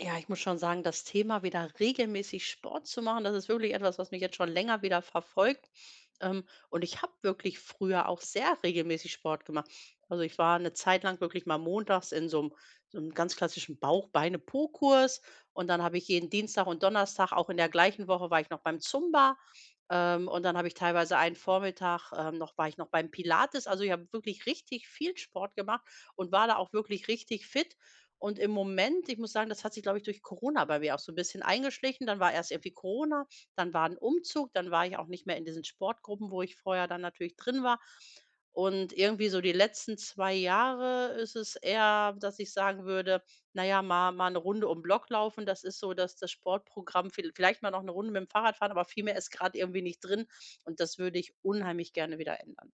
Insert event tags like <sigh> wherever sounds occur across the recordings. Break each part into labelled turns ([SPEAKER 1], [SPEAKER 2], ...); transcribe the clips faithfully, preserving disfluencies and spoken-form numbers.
[SPEAKER 1] Ja, ich muss schon sagen, das Thema wieder regelmäßig Sport zu machen, das ist wirklich etwas, was mich jetzt schon länger wieder verfolgt. Ähm, und ich habe wirklich früher auch sehr regelmäßig Sport gemacht. Also ich war eine Zeit lang wirklich mal montags in so einem, so 'nem ganz klassischen Bauch-Beine-Po-Kurs, und dann habe ich jeden Dienstag und Donnerstag, auch in der gleichen Woche war ich noch beim Zumba, ähm, und dann habe ich teilweise einen Vormittag, ähm, noch war ich noch beim Pilates. Also ich habe wirklich richtig viel Sport gemacht und war da auch wirklich richtig fit. Und im Moment, ich muss sagen, das hat sich, glaube ich, durch Corona bei mir auch so ein bisschen eingeschlichen. Dann war erst irgendwie Corona, dann war ein Umzug, dann war ich auch nicht mehr in diesen Sportgruppen, wo ich vorher dann natürlich drin war. Und irgendwie so die letzten zwei Jahre ist es eher, dass ich sagen würde: „Na ja, mal mal eine Runde um 'n Block laufen", das ist so, dass das Sportprogramm. Viel vielleicht mal noch eine Runde mit dem Fahrrad fahren, aber viel mehr ist gerade irgendwie nicht drin, und das würde ich unheimlich gerne wieder ändern.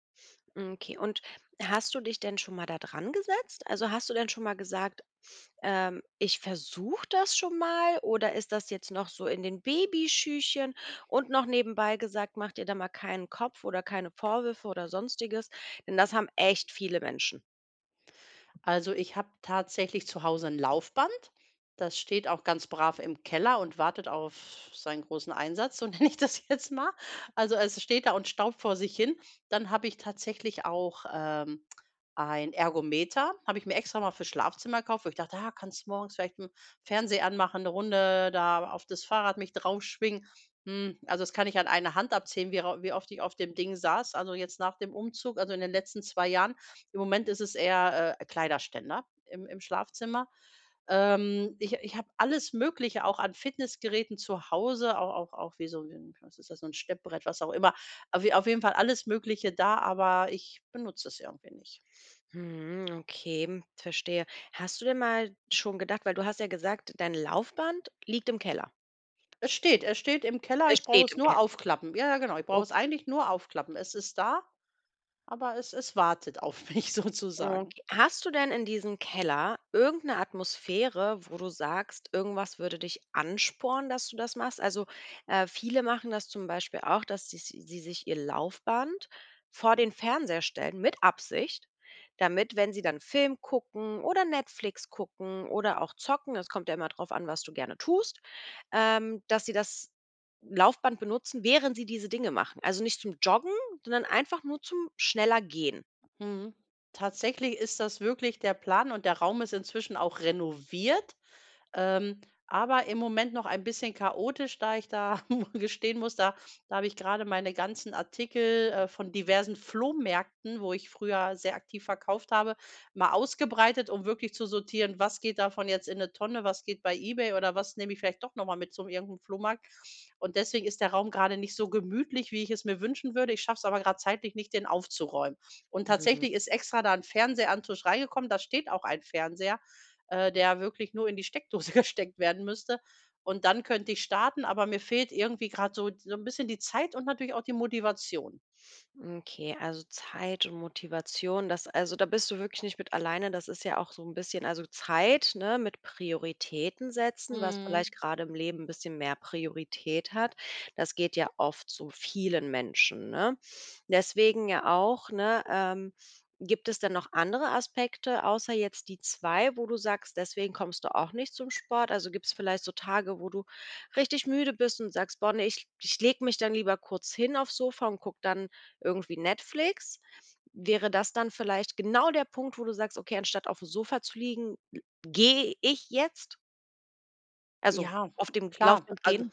[SPEAKER 2] Okay, und hast du dich denn schon mal da dran gesetzt? Also hast du denn schon mal gesagt, ähm, ich versuche das schon mal? Oder ist das jetzt noch so in den Babyschüchen? Und noch nebenbei gesagt, mach dir da mal keinen Kopf oder keine Vorwürfe oder sonstiges, denn das haben echt viele Menschen.
[SPEAKER 1] Also ich habe tatsächlich zu Hause ein Laufband. Das steht auch ganz brav im Keller und wartet auf seinen großen Einsatz, so <laughs> nenne ich das jetzt mal. Also, es steht da und staubt vor sich hin. Dann habe ich tatsächlich auch, ähm, ein Ergometer, habe ich mir extra mal fürs Schlafzimmer gekauft, wo ich dachte: „Ah, kannst morgens vielleicht 'n Fernseher anmachen, eine Runde da auf das Fahrrad mich draufschwingen." Hm, also, das kann ich an einer Hand abzählen, wie rau wie oft ich auf dem Ding saß, also, jetzt nach dem Umzug, also, in den letzten zwei Jahren. Im Moment ist es eher, äh, Kleiderständer im im Schlafzimmer. Ähm, ich ich habe alles Mögliche auch an Fitnessgeräten zu Hause, auch auch auch wie so, wie ein, was ist das, so 'n Steppbrett, was auch immer. Auf je auf jeden Fall alles Mögliche da, aber ich benutze es irgendwie nicht.
[SPEAKER 2] Hm, okay, hm, verstehe. Hast du denn mal schon gedacht, weil du hast ja gesagt, dein Laufband liegt im Keller.
[SPEAKER 1] Es steht es steht im Keller,
[SPEAKER 2] Es
[SPEAKER 1] ich brauche
[SPEAKER 2] steht
[SPEAKER 1] es
[SPEAKER 2] im
[SPEAKER 1] nur
[SPEAKER 2] Keller.
[SPEAKER 1] aufklappen. Ja, ja, genau, ich brauche es
[SPEAKER 2] Okay.
[SPEAKER 1] eigentlich nur aufklappen. Es ist da, aber es es wartet auf <laughs> mich sozusagen.
[SPEAKER 2] Okay. Hast du denn in diesem Keller irgendeine Atmosphäre, wo du sagst, irgendwas würde dich anspornen, dass du das machst? Also, äh, viele machen das zum Beispiel auch, dass sie si sie sich ihr Laufband vor den Fernseher stellen mit Absicht, damit, wenn sie dann Film gucken oder Netflix gucken oder auch zocken, es kommt ja immer drauf an, was du gerne tust, ähm, dass sie das Laufband benutzen, während sie diese Dinge machen. Also, nicht zum Joggen, sondern einfach nur zum schneller Gehen.
[SPEAKER 1] Mhm. Tatsächlich ist das wirklich der Plan, und der Raum ist inzwischen auch renoviert. Ähm, aber im Moment noch ein bisschen chaotisch, da ich da <laughs> gestehen muss, da da habe ich gerade meine ganzen Artikel, äh, von diversen Flohmärkten, wo ich früher sehr aktiv verkauft habe, mal ausgebreitet, um wirklich zu sortieren: Was geht davon jetzt in 'ne Tonne, was geht bei eBay oder was nehme ich vielleicht doch noch mal mit zum irgendeinem Flohmarkt? Und deswegen ist der Raum gerade nicht so gemütlich, wie ich es mir wünschen würde. Ich schaffe es aber gerade zeitlich nicht, den aufzuräumen. Und tatsächlich ist extra da ein Fernseher an 'n Tisch reingekommen. Da steht auch ein Fernseher, äh, der wirklich nur in die Steckdose <laughs> gesteckt werden müsste. Und dann könnte ich starten, aber mir fehlt irgendwie gerade so so ein bisschen die Zeit und natürlich auch die Motivation.
[SPEAKER 2] Okay, also Zeit und Motivation, das, also da bist du wirklich nicht mit alleine, das ist ja auch so ein bisschen, also Zeit, ne, mit Prioritäten setzen, was
[SPEAKER 1] Mhm.
[SPEAKER 2] vielleicht gerade im Leben ein bisschen mehr Priorität hat. Das geht ja oft so vielen Menschen, ne? Deswegen ja auch, ne, ähm, gibt es denn noch andere Aspekte außer jetzt die zwei, wo du sagst, deswegen kommst du auch nicht zum Sport? Also, gibt es vielleicht so Tage, wo du richtig müde bist und sagst: „Boah, ne, ich ich lege mich dann lieber kurz hin aufs Sofa und guck dann irgendwie Netflix?“ Wäre das dann vielleicht genau der Punkt, wo du sagst: „Okay, anstatt auf dem Sofa zu liegen, gehe ich jetzt?“ Also,
[SPEAKER 1] Ja,
[SPEAKER 2] auf dem
[SPEAKER 1] klar.
[SPEAKER 2] Laufband
[SPEAKER 1] Also
[SPEAKER 2] gehen?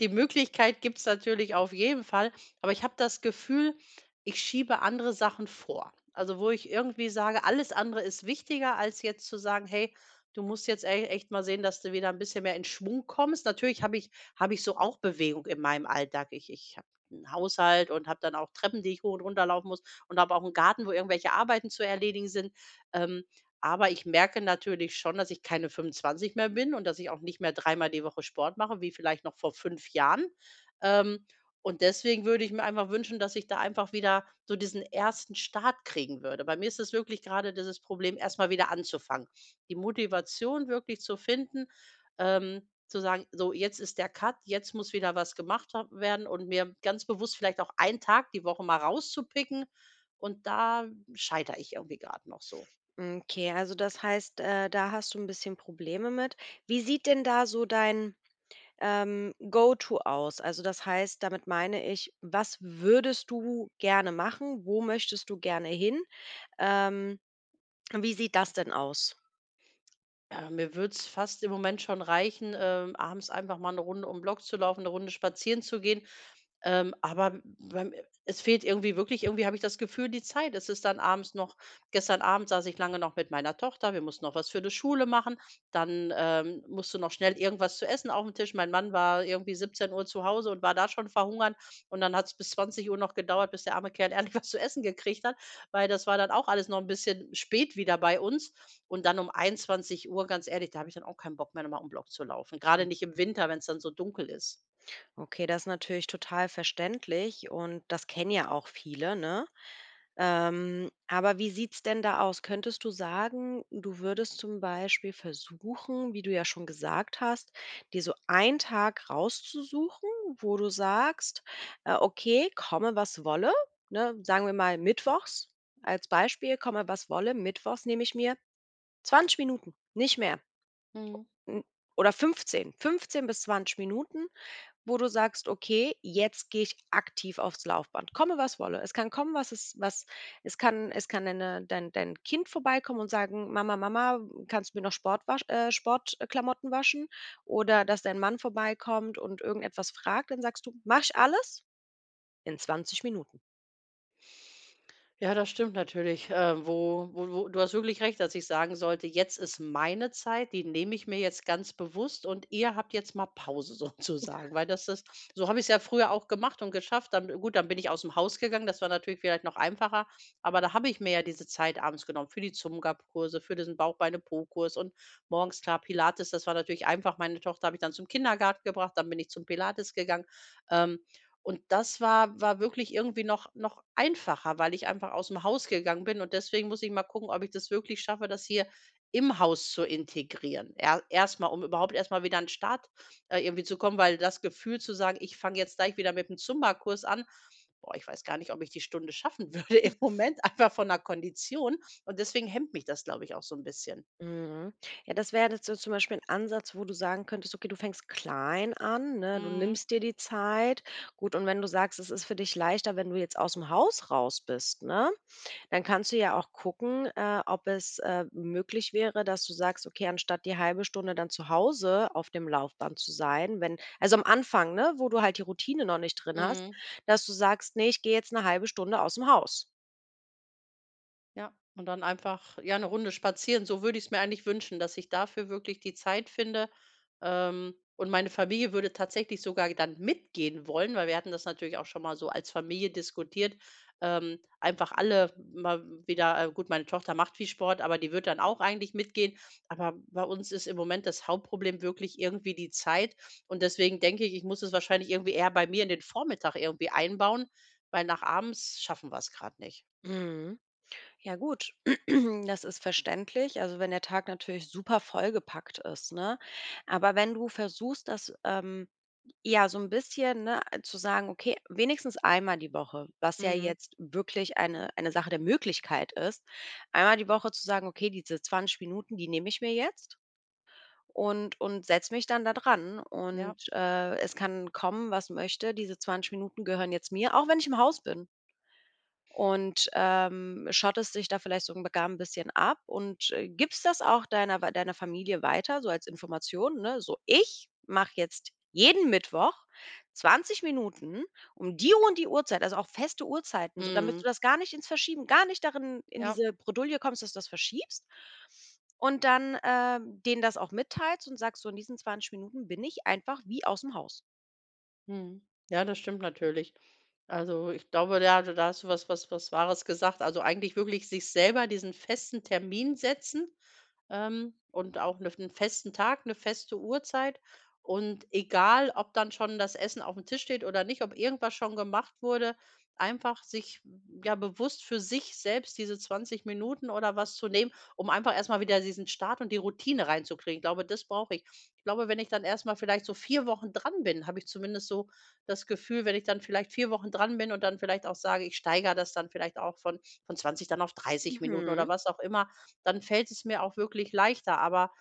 [SPEAKER 1] Die Möglichkeit gibt's natürlich auf jeden Fall, aber ich habe das Gefühl, ich schiebe andere Sachen vor. Also, wo ich irgendwie sage, alles andere ist wichtiger, als jetzt zu sagen: „Hey, du musst jetzt e echt mal sehen, dass du wieder ein bisschen mehr in Schwung kommst." Natürlich habe ich habe ich so auch Bewegung in meinem Alltag. Ich ich habe einen Haushalt und habe dann auch Treppen, die ich hoch und runter laufen muss, und habe auch einen Garten, wo irgendwelche Arbeiten zu erledigen sind. Ähm, aber ich merke natürlich schon, dass ich keine fünfundzwanzig mehr bin und dass ich auch nicht mehr dreimal die Woche Sport mache, wie vielleicht noch vor fünf Jahren. Ähm, und deswegen würde ich mir einfach wünschen, dass ich da einfach wieder so diesen ersten Start kriegen würde. Bei mir ist es wirklich gerade dieses Problem, erst mal wieder anzufangen. Die Motivation wirklich zu finden, ähm, zu sagen: „So, jetzt ist der Cut, jetzt muss wieder was gemacht ha werden", und mir ganz bewusst vielleicht auch einen Tag die Woche mal rauszupicken, und da scheitere ich irgendwie gerade noch so.
[SPEAKER 2] Okay, also das heißt, äh, da hast du ein bisschen Probleme mit. Wie sieht denn da so dein Ähm, Go-to aus? Also, das heißt, damit meine ich, was würdest du gerne machen? Wo möchtest du gerne hin? Ähm, wie sieht das denn aus?
[SPEAKER 1] Ja, mir würde es fast im Moment schon reichen, ähm, abends einfach mal eine Runde um 'n Block zu laufen, eine Runde spazieren zu gehen. Ähm, aber beim es fehlt irgendwie wirklich, irgendwie habe ich das Gefühl, die Zeit. Es ist dann abends noch Gestern Abend saß ich lange noch mit meiner Tochter, wir mussten noch was für die Schule machen, dann, ähm, musste noch schnell irgendwas zu essen auf aufm Tisch. Mein Mann war irgendwie siebzehn Uhr zu Hause und war da schon verhungern, und dann hat es bis zwanzig Uhr noch gedauert, bis der arme Kerl <laughs> endlich was zu essen gekriegt hat, weil das war dann auch alles noch ein bisschen spät wieder bei uns. Und dann um einundzwanzig Uhr, ganz ehrlich, da habe ich dann auch keinen Bock mehr, nochmal um 'n Block zu laufen. Gerade nicht im Winter, wenn es dann so dunkel ist.
[SPEAKER 2] Okay, das ist natürlich total verständlich und das kennen ja auch viele, ne? Ähm, aber wie sieht's denn da aus? Könntest du sagen, du würdest zum Beispiel versuchen, wie du ja schon gesagt hast, dir so einen Tag rauszusuchen, wo du sagst, äh, okay, komme was wolle, ne? Sagen wir mal mittwochs als Beispiel, komme was wolle, mittwochs nehme ich mir zwanzig Minuten, nicht mehr.
[SPEAKER 1] Mhm.
[SPEAKER 2] n- Oder fünfzehn, fünfzehn bis zwanzig Minuten, wo du sagst: „Okay, jetzt gehe ich aktiv aufs Laufband, komme was wolle.“ Es kann kommen, was es was es kann, es kann deine dein dein Kind vorbeikommen und sagen: „Mama, Mama, kannst du mir noch Sport wasch äh, Sport äh, waschen?“ Oder dass dein Mann vorbeikommt und irgendetwas fragt, dann sagst du: mach ich alles in zwanzig Minuten.“
[SPEAKER 1] Ja, das stimmt natürlich. Äh, wo wo wo Du hast wirklich recht, dass ich sagen sollte: „Jetzt ist meine Zeit, die nehme ich mir jetzt ganz bewusst, und ihr habt jetzt mal Pause <laughs> sozusagen." Weil das ist So habe ich es ja früher auch gemacht und geschafft. Dann gut, dann bin ich aus dem Haus gegangen, das war natürlich vielleicht noch einfacher, aber da habe ich mir ja diese Zeit abends genommen für die Zumba-Kurse, für diesen Bauch-Beine-Po-Kurs, und morgens klar Pilates, das war natürlich einfach. Meine Tochter habe ich dann zum Kindergarten gebracht, dann bin ich zum Pilates gegangen. Ähm, und das war war wirklich irgendwie noch noch einfacher, weil ich einfach aus dem Haus gegangen bin, und deswegen muss ich mal gucken, ob ich das wirklich schaffe, das hier im Haus zu integrieren. Er erst um Überhaupt erstmal wieder an 'n Start, äh, irgendwie zu kommen, weil das Gefühl zu sagen: „Ich fange jetzt gleich wieder mit dem Zumba-Kurs an", boah, ich weiß gar nicht, ob ich die Stunde schaffen <laughs> würde im Moment, einfach von der Kondition, und deswegen hemmt mich das, glaube ich, auch so ein bisschen.
[SPEAKER 2] Mhm. Ja, das wäre jetzt so zum Beispiel ein Ansatz, wo du sagen könntest: „Okay, du fängst klein an, ne? Du
[SPEAKER 1] Mhm.
[SPEAKER 2] nimmst dir die Zeit.“ Gut, und wenn du sagst, es ist für dich leichter, wenn du jetzt aus dem Haus raus bist, ne? Dann kannst du ja auch gucken, äh, ob es, äh, möglich wäre, dass du sagst: „Okay, anstatt die halbe Stunde dann zu Hause auf dem Laufband zu sein, wenn“, also am Anfang, ne, wo du halt die Routine noch nicht drin hast,
[SPEAKER 1] Mhm.
[SPEAKER 2] dass du sagst: nee, ich gehe jetzt eine halbe Stunde aus dem Haus.“
[SPEAKER 1] Ja, und dann einfach, ja, eine Runde spazieren. So würde ich es mir eigentlich wünschen, dass ich dafür wirklich die Zeit finde, ähm, und meine Familie würde tatsächlich sogar dann mitgehen wollen, weil wir hatten das natürlich auch schon mal so als Familie diskutiert. Ähm, einfach alle mal wieder, äh, gut, meine Tochter macht viel Sport, aber die wird dann auch eigentlich mitgehen. Aber bei uns ist im Moment das Hauptproblem wirklich irgendwie die Zeit. Und deswegen denke ich, ich muss es wahrscheinlich irgendwie eher bei mir in den Vormittag irgendwie einbauen, weil nach abends schaffen wir es gerade nicht.
[SPEAKER 2] Mhm. Ja gut, <clears throat> das ist verständlich, also wenn der Tag natürlich super vollgepackt ist, ne? Aber wenn du versuchst, das, ähm, ja, so ein bisschen, ne, zu sagen: „Okay, wenigstens einmal die Woche“, was ja
[SPEAKER 1] Mhm,
[SPEAKER 2] jetzt wirklich eine eine Sache der Möglichkeit ist, einmal die Woche zu sagen: „Okay, diese zwanzig Minuten, die nehme ich mir jetzt und und setze mich dann da dran
[SPEAKER 1] ja.
[SPEAKER 2] und, äh, es kann kommen, was möchte. Diese zwanzig Minuten gehören jetzt mir, auch wenn ich im Haus bin.“ Und, ähm, schottest dich da vielleicht sogar ein bisschen ab und, äh, gibst das auch deiner deiner Familie weiter, so als Information, ne? So: „Ich mache jetzt jeden Mittwoch zwanzig Minuten um die und die Uhrzeit“, also auch feste Uhrzeiten, so damit du
[SPEAKER 1] Mhm.
[SPEAKER 2] das gar nicht ins Verschieben, gar nicht darin in
[SPEAKER 1] Ja.
[SPEAKER 2] diese Bredouille kommst, dass du das verschiebst. Und dann, ähm, denen das auch mitteilst und sagst so: „In diesen zwanzig Minuten bin ich einfach wie aus dem Haus.“
[SPEAKER 1] Mhm. Ja, das stimmt natürlich. Also, ich glaube, ja, da da hast du was was was Wahres gesagt. Also, eigentlich wirklich sich selber diesen festen Termin setzen, ähm, und auch einen festen Tag, eine feste Uhrzeit. Und egal, ob dann schon das Essen auf dem Tisch steht oder nicht, ob irgendwas schon gemacht wurde, einfach sich, m, ja, bewusst für sich selbst diese zwanzig Minuten oder was zu nehmen, um einfach erstmal wieder diesen Start und die Routine reinzukriegen. Ich glaube, das brauche ich. Ich glaube, wenn ich dann erstmal vielleicht so vier Wochen dran bin, habe ich zumindest so das Gefühl, wenn ich dann vielleicht vier Wochen dran bin und dann vielleicht auch sage, ich steigere das dann vielleicht auch von von zwanzig dann auf dreißig Minuten oder
[SPEAKER 2] Mhm.
[SPEAKER 1] was auch immer, dann fällt es mir auch wirklich leichter. Aber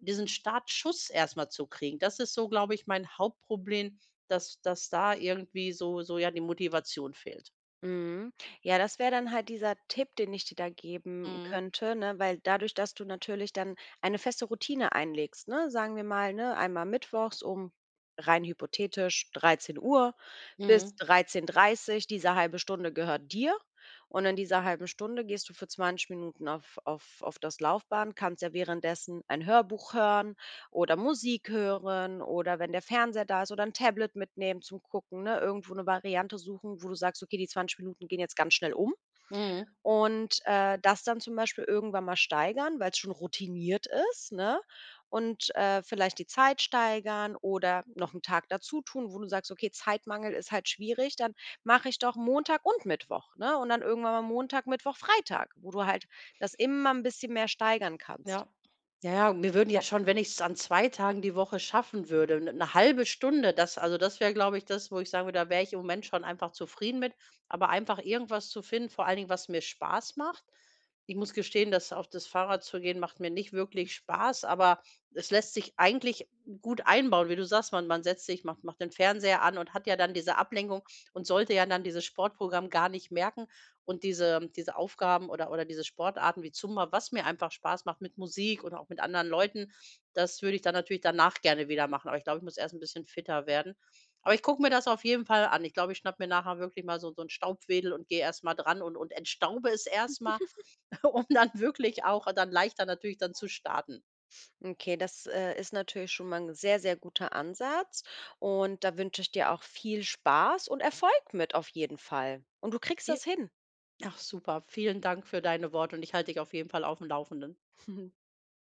[SPEAKER 1] diesen Startschuss erstmal zu kriegen, das ist so, glaube ich, mein Hauptproblem, dass dass da irgendwie so so, ja, die Motivation fehlt.
[SPEAKER 2] Mhm. Ja, das wäre dann halt dieser Tipp, den ich dir da geben
[SPEAKER 1] Mhm.
[SPEAKER 2] könnte, ne? Weil dadurch, dass du natürlich dann eine feste Routine einlegst, ne? Sagen wir mal, ne? Einmal mittwochs um rein hypothetisch dreizehn Uhr bis
[SPEAKER 1] Mhm.
[SPEAKER 2] dreizehn Uhr dreißig, diese halbe Stunde gehört dir. Und in dieser halben Stunde gehst du für zwanzig Minuten auf, auf, auf das Laufband, kannst ja währenddessen ein Hörbuch hören oder Musik hören oder wenn der Fernseher da ist oder ein Tablet mitnehmen zum Gucken, ne? Irgendwo eine Variante suchen, wo du sagst: „Okay, die zwanzig Minuten gehen jetzt ganz schnell um.“
[SPEAKER 1] Mhm.
[SPEAKER 2] Und, äh, das dann zum Beispiel irgendwann mal steigern, weil es schon routiniert ist, ne? Und, äh, vielleicht die Zeit steigern oder noch einen Tag dazutun, wo du sagst: „Okay, Zeitmangel ist halt schwierig, dann mache ich doch Montag und Mittwoch“, ne? Und dann irgendwann mal Montag, Mittwoch, Freitag, wo du halt das immer ein bisschen mehr steigern kannst.
[SPEAKER 1] Ja. Ja, ja, mir würden ja schon, wenn ich es an zwei Tagen die Woche schaffen würde, eine halbe Stunde, das, also, das wäre, glaube ich, das, wo ich sagen würde, da wäre ich im Moment schon einfach zufrieden mit. Aber einfach irgendwas zu finden, vor allen Dingen, was mir Spaß macht. Ich muss gestehen, dass auf das Fahrrad zu gehen, macht mir nicht wirklich Spaß, aber es lässt sich eigentlich gut einbauen, wie du sagst. Man man setzt sich, macht macht den Fernseher an und hat ja dann diese Ablenkung und sollte ja dann dieses Sportprogramm gar nicht merken. Und diese diese Aufgaben oder oder diese Sportarten wie Zumba, was mir einfach Spaß macht mit Musik und auch mit anderen Leuten, das würde ich dann natürlich danach gerne wieder machen. Aber ich glaube, ich muss erst ein bisschen fitter werden. Aber ich gucke mir das auf jeden Fall an. Ich glaube, ich schnappe mir nachher wirklich mal so so 'n Staubwedel und gehe erst mal dran und und entstaube es erst mal, <laughs> um dann wirklich auch dann leichter natürlich dann zu starten.
[SPEAKER 2] Okay, das, äh, ist natürlich schon mal ein sehr, sehr guter Ansatz und da wünsche ich dir auch viel Spaß und Erfolg mit auf jeden Fall. Und du kriegst das
[SPEAKER 1] J
[SPEAKER 2] hin.
[SPEAKER 1] Ach super, vielen Dank für deine Worte, und ich halte dich auf jeden Fall auf dem Laufenden.
[SPEAKER 2] <laughs>